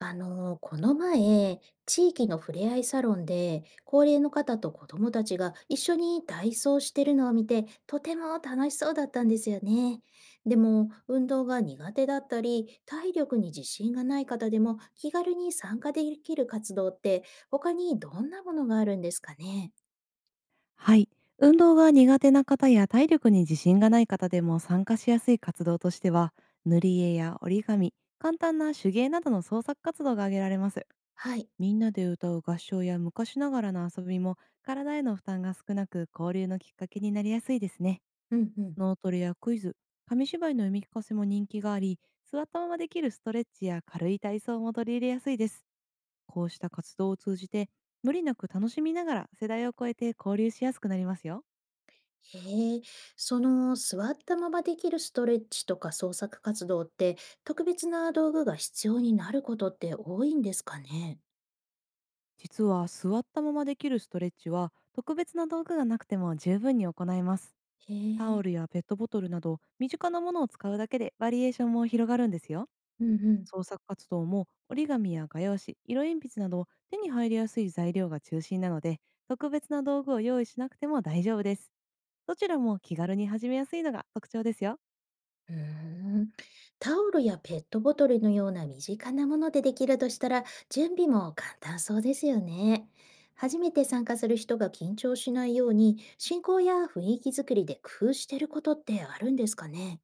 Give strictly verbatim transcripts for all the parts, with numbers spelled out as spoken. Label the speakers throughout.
Speaker 1: あの、この前、地域のふれあいサロンで、高齢の方と子供たちが一緒に体操してるのを見て、とても楽しそうだったんですよね。でも、運動が苦手だったり、体力に自信がない方でも気軽に参加できる活動って、他にどんなものがあるんですかね。
Speaker 2: はい。運動が苦手な方や体力に自信がない方でも参加しやすい活動としては、塗り絵や折り紙、簡単な手芸などの創作活動が挙げられます。
Speaker 1: はい。
Speaker 2: みんなで歌う合唱や昔ながらの遊びも体への負担が少なく交流のきっかけになりやすいですね。
Speaker 1: うんうん。
Speaker 2: 脳トレやクイズ、紙芝居の読み聞かせも人気があり、座ったままできるストレッチや軽い体操も取り入れやすいです。こうした活動を通じて、無理なく楽しみながら世代を超えて交流しやすくなりますよ。
Speaker 1: へえ、その座ったままできるストレッチとか創作活動って特別な道具が必要になることって多いんですかね。
Speaker 2: 実は座ったままできるストレッチは特別な道具がなくても十分に行えます。
Speaker 1: へ
Speaker 2: タオ
Speaker 1: え、
Speaker 2: ルやペットボトルなど身近なものを使うだけでバリエーションも広がるんですよ。
Speaker 1: うんうん。
Speaker 2: 創作活動も折り紙や画用紙、色鉛筆など手に入りやすい材料が中心なので、特別な道具を用意しなくても大丈夫です。どちらも気軽に始めやすいのが特徴ですよ。
Speaker 1: うーん。タオルやペットボトルのような身近なものでできるとしたら準備も簡単そうですよね。初めて参加する人が緊張しないように進行や雰囲気作りで工夫してることってあるんですかね。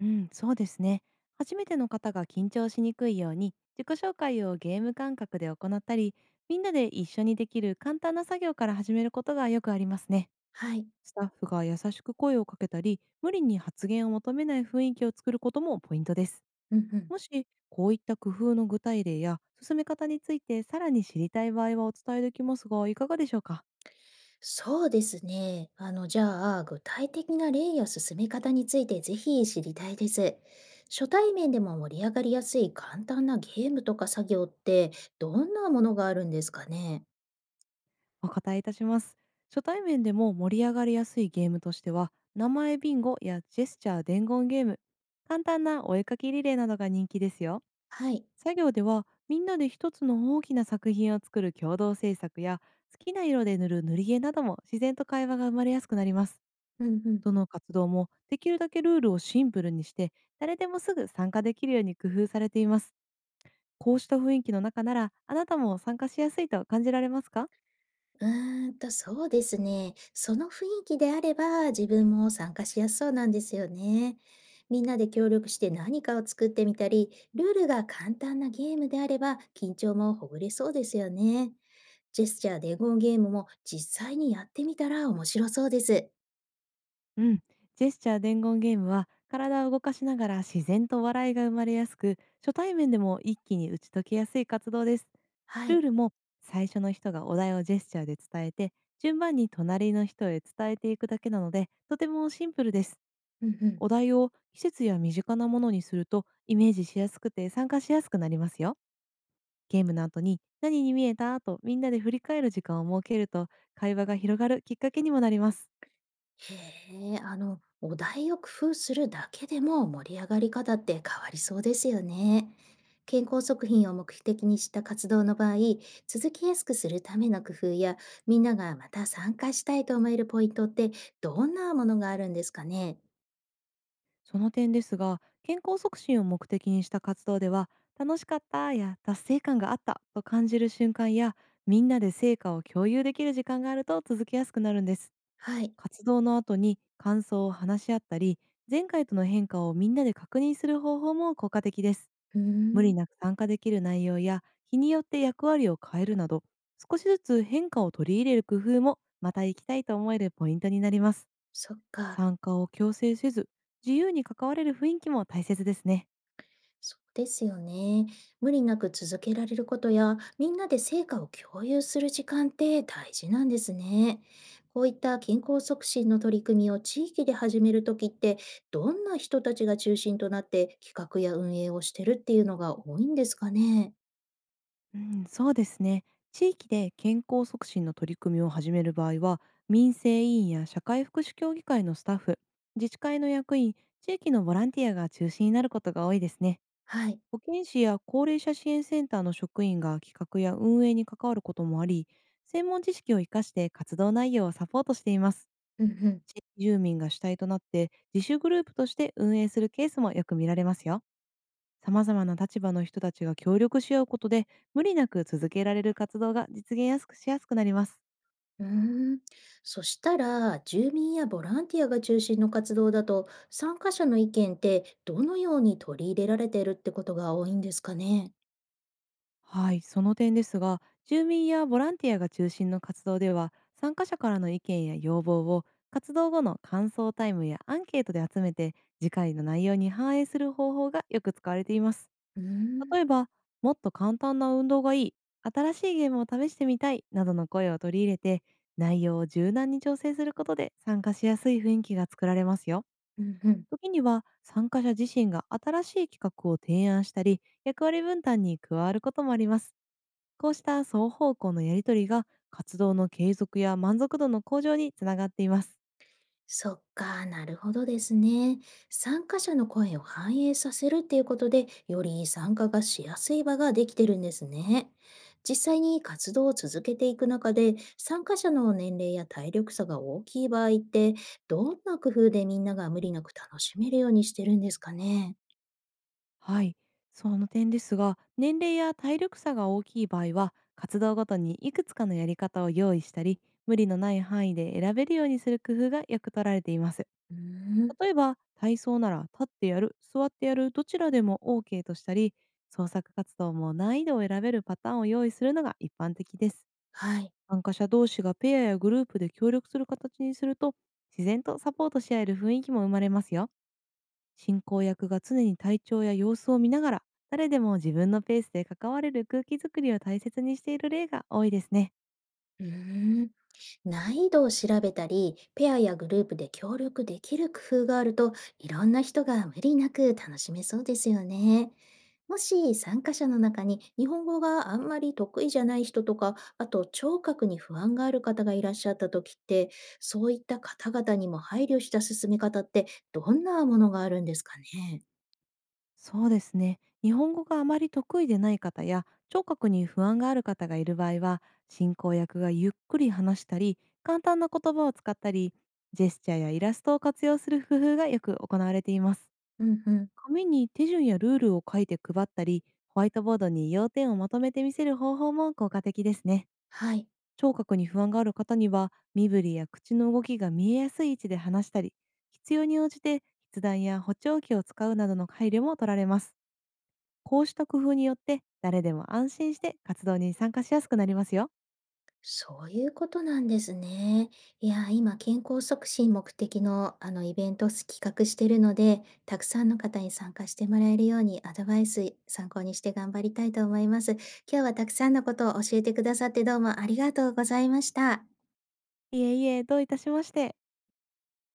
Speaker 2: うん、そうですね。初めての方が緊張しにくいように、自己紹介をゲーム感覚で行ったり、みんなで一緒にできる簡単な作業から始めることがよくありますね。
Speaker 1: はい。
Speaker 2: スタッフが優しく声をかけたり、無理に発言を求めない雰囲気を作ることもポイントです。
Speaker 1: うんうん。
Speaker 2: もし、こういった工夫の具体例や進め方についてさらに知りたい場合はお伝えできますが、いかがでしょうか？
Speaker 1: そうですね。あの、じゃあ、具体的な例や進め方についてぜひ知りたいです。初対面でも盛り上がりやすい簡単なゲームとか作業って、どんなものがあるんですかね。
Speaker 2: お答えいたします。初対面でも盛り上がりやすいゲームとしては、名前ビンゴやジェスチャー伝言ゲーム、簡単なお絵かきリレーなどが人気ですよ。
Speaker 1: はい。
Speaker 2: 作業では、みんなで一つの大きな作品を作る共同制作や、好きな色で塗る塗り絵なども自然と会話が生まれやすくなります。
Speaker 1: うんうん。
Speaker 2: どの活動もできるだけルールをシンプルにして、誰でもすぐ参加できるように工夫されています。こうした雰囲気の中なら、あなたも参加しやすいと感じられますか？
Speaker 1: うーんと、そうですね。その雰囲気であれば、自分も参加しやすそうなんですよね。みんなで協力して何かを作ってみたり、ルールが簡単なゲームであれば、緊張もほぐれそうですよね。ジェスチャー伝言ゲームも実際にやってみたら面白そうです。
Speaker 2: うん、ジェスチャー伝言ゲームは体を動かしながら自然と笑いが生まれやすく、初対面でも一気に打ち解けやすい活動です。
Speaker 1: は
Speaker 2: ルー
Speaker 1: い。
Speaker 2: ルも、最初の人がお題をジェスチャーで伝えて、順番に隣の人へ伝えていくだけなのでとてもシンプルです。
Speaker 1: うんうん。
Speaker 2: お題を季節や身近なものにするとイメージしやすくて参加しやすくなりますよ。ゲームの後に何に見えたとみんなで振り返る時間を設けると、会話が広がるきっかけにもなります。
Speaker 1: へえ、あの、お題を工夫するだけでも盛り上がり方って変わりそうですよね。健康食品を目的にした活動の場合、続きやすくするための工夫や、みんながまた参加したいと思えるポイントってどんなものがあるんですかね。
Speaker 2: その点ですが、健康促進を目的にした活動では、楽しかったや達成感があったと感じる瞬間や、みんなで成果を共有できる時間があると続けやすくなるんです。
Speaker 1: はい。
Speaker 2: 活動の後に感想を話し合ったり、前回との変化をみんなで確認する方法も効果的です。
Speaker 1: うー
Speaker 2: 無
Speaker 1: ん、
Speaker 2: 理なく参加できる内容や、日によって役割を変えるなど、少しずつ変化を取り入れる工夫も、また行きたいと思えるポイントになります。
Speaker 1: そっか。
Speaker 2: 参加を強制せず、自由に関われる雰囲気も大切ですね。
Speaker 1: そうですよね。無理なく続けられることや、みんなで成果を共有する時間って大事なんですね。こういった健康促進の取り組みを地域で始めるときって、どんな人たちが中心となって企画や運営をしてるっていうのが多いんですかね。
Speaker 2: うん、そうですね。地域で健康促進の取り組みを始める場合は、民生委員や社会福祉協議会のスタッフ、自治会の役員、地域のボランティアが中心になることが多いですね。
Speaker 1: はい。
Speaker 2: 保健師や高齢者支援センターの職員が企画や運営に関わることもあり、専門知識を生かして活動内容をサポートしています。
Speaker 1: うんうん。
Speaker 2: 地域住民が主体となって自主グループとして運営するケースもよく見られますよ。様々な立場の人たちが協力し合うことで、無理なく続けられる活動が実現やすくしやすくなります。
Speaker 1: うーん。そしたら、住民やボランティアが中心の活動だと、参加者の意見ってどのように取り入れられてるってことが多いんですかね。
Speaker 2: はい、その点ですが、住民やボランティアが中心の活動では、参加者からの意見や要望を活動後の感想タイムやアンケートで集めて、次回の内容に反映する方法がよく使われています。
Speaker 1: うーん。
Speaker 2: 例えば、もっと簡単な運動がいい、新しいゲームを試してみたいなどの声を取り入れて、内容を柔軟に調整することで参加しやすい雰囲気が作られますよ。
Speaker 1: うんうん。
Speaker 2: 時には参加者自身が新しい企画を提案したり役割分担に加わることもあります。こうした双方向のやりとりが活動の継続や満足度の向上につながっています。
Speaker 1: そっか、なるほどですね。参加者の声を反映させるっていうことで、より参加がしやすい場ができてるんですね。実際に活動を続けていく中で、参加者の年齢や体力差が大きい場合って、どんな工夫でみんなが無理なく楽しめるようにしてるんですかね。
Speaker 2: はい。その点ですが、年齢や体力差が大きい場合は、活動ごとにいくつかのやり方を用意したり、無理のない範囲で選べるようにする工夫がよく取られています。
Speaker 1: うーん、
Speaker 2: 例えば、体操なら立ってやる、座ってやる、どちらでも オーケー としたり、創作活動も難易度を選べるパターンを用意するのが一般的です。
Speaker 1: はい。
Speaker 2: 参加者同士がペアやグループで協力する形にすると、自然とサポートし合える雰囲気も生まれますよ。進行役が常に体調や様子を見ながら、誰でも自分のペースで関われる空気づくりを大切にしている例が多いですね。
Speaker 1: うーん。難易度を調べたり、ペアやグループで協力できる工夫があると、いろんな人が無理なく楽しめそうですよね。もし参加者の中に日本語があんまり得意じゃない人とか、あと聴覚に不安がある方がいらっしゃった時って、そういった方々にも配慮した進め方ってどんなものがあるんですかね。
Speaker 2: そうですね。日本語があまり得意でない方や聴覚に不安がある方がいる場合は、進行役がゆっくり話したり、簡単な言葉を使ったり、ジェスチャーやイラストを活用する工夫がよく行われています。
Speaker 1: うんうん。
Speaker 2: 紙に手順やルールを書いて配ったり、ホワイトボードに要点をまとめて見せる方法も効果的ですね。
Speaker 1: はい。
Speaker 2: 聴覚に不安がある方には、身振りや口の動きが見えやすい位置で話したり、必要に応じて筆談や補聴器を使うなどの配慮も取られます。こうした工夫によって、誰でも安心して活動に参加しやすくなりますよ。
Speaker 1: そういうことなんですね。いやー、今、健康促進目的の、あの、イベントを企画してるので、たくさんの方に参加してもらえるように、アドバイス参考にして頑張りたいと思います。今日はたくさんのことを教えてくださってどうもありがとうございました。
Speaker 2: いえいえ、どういたしまして。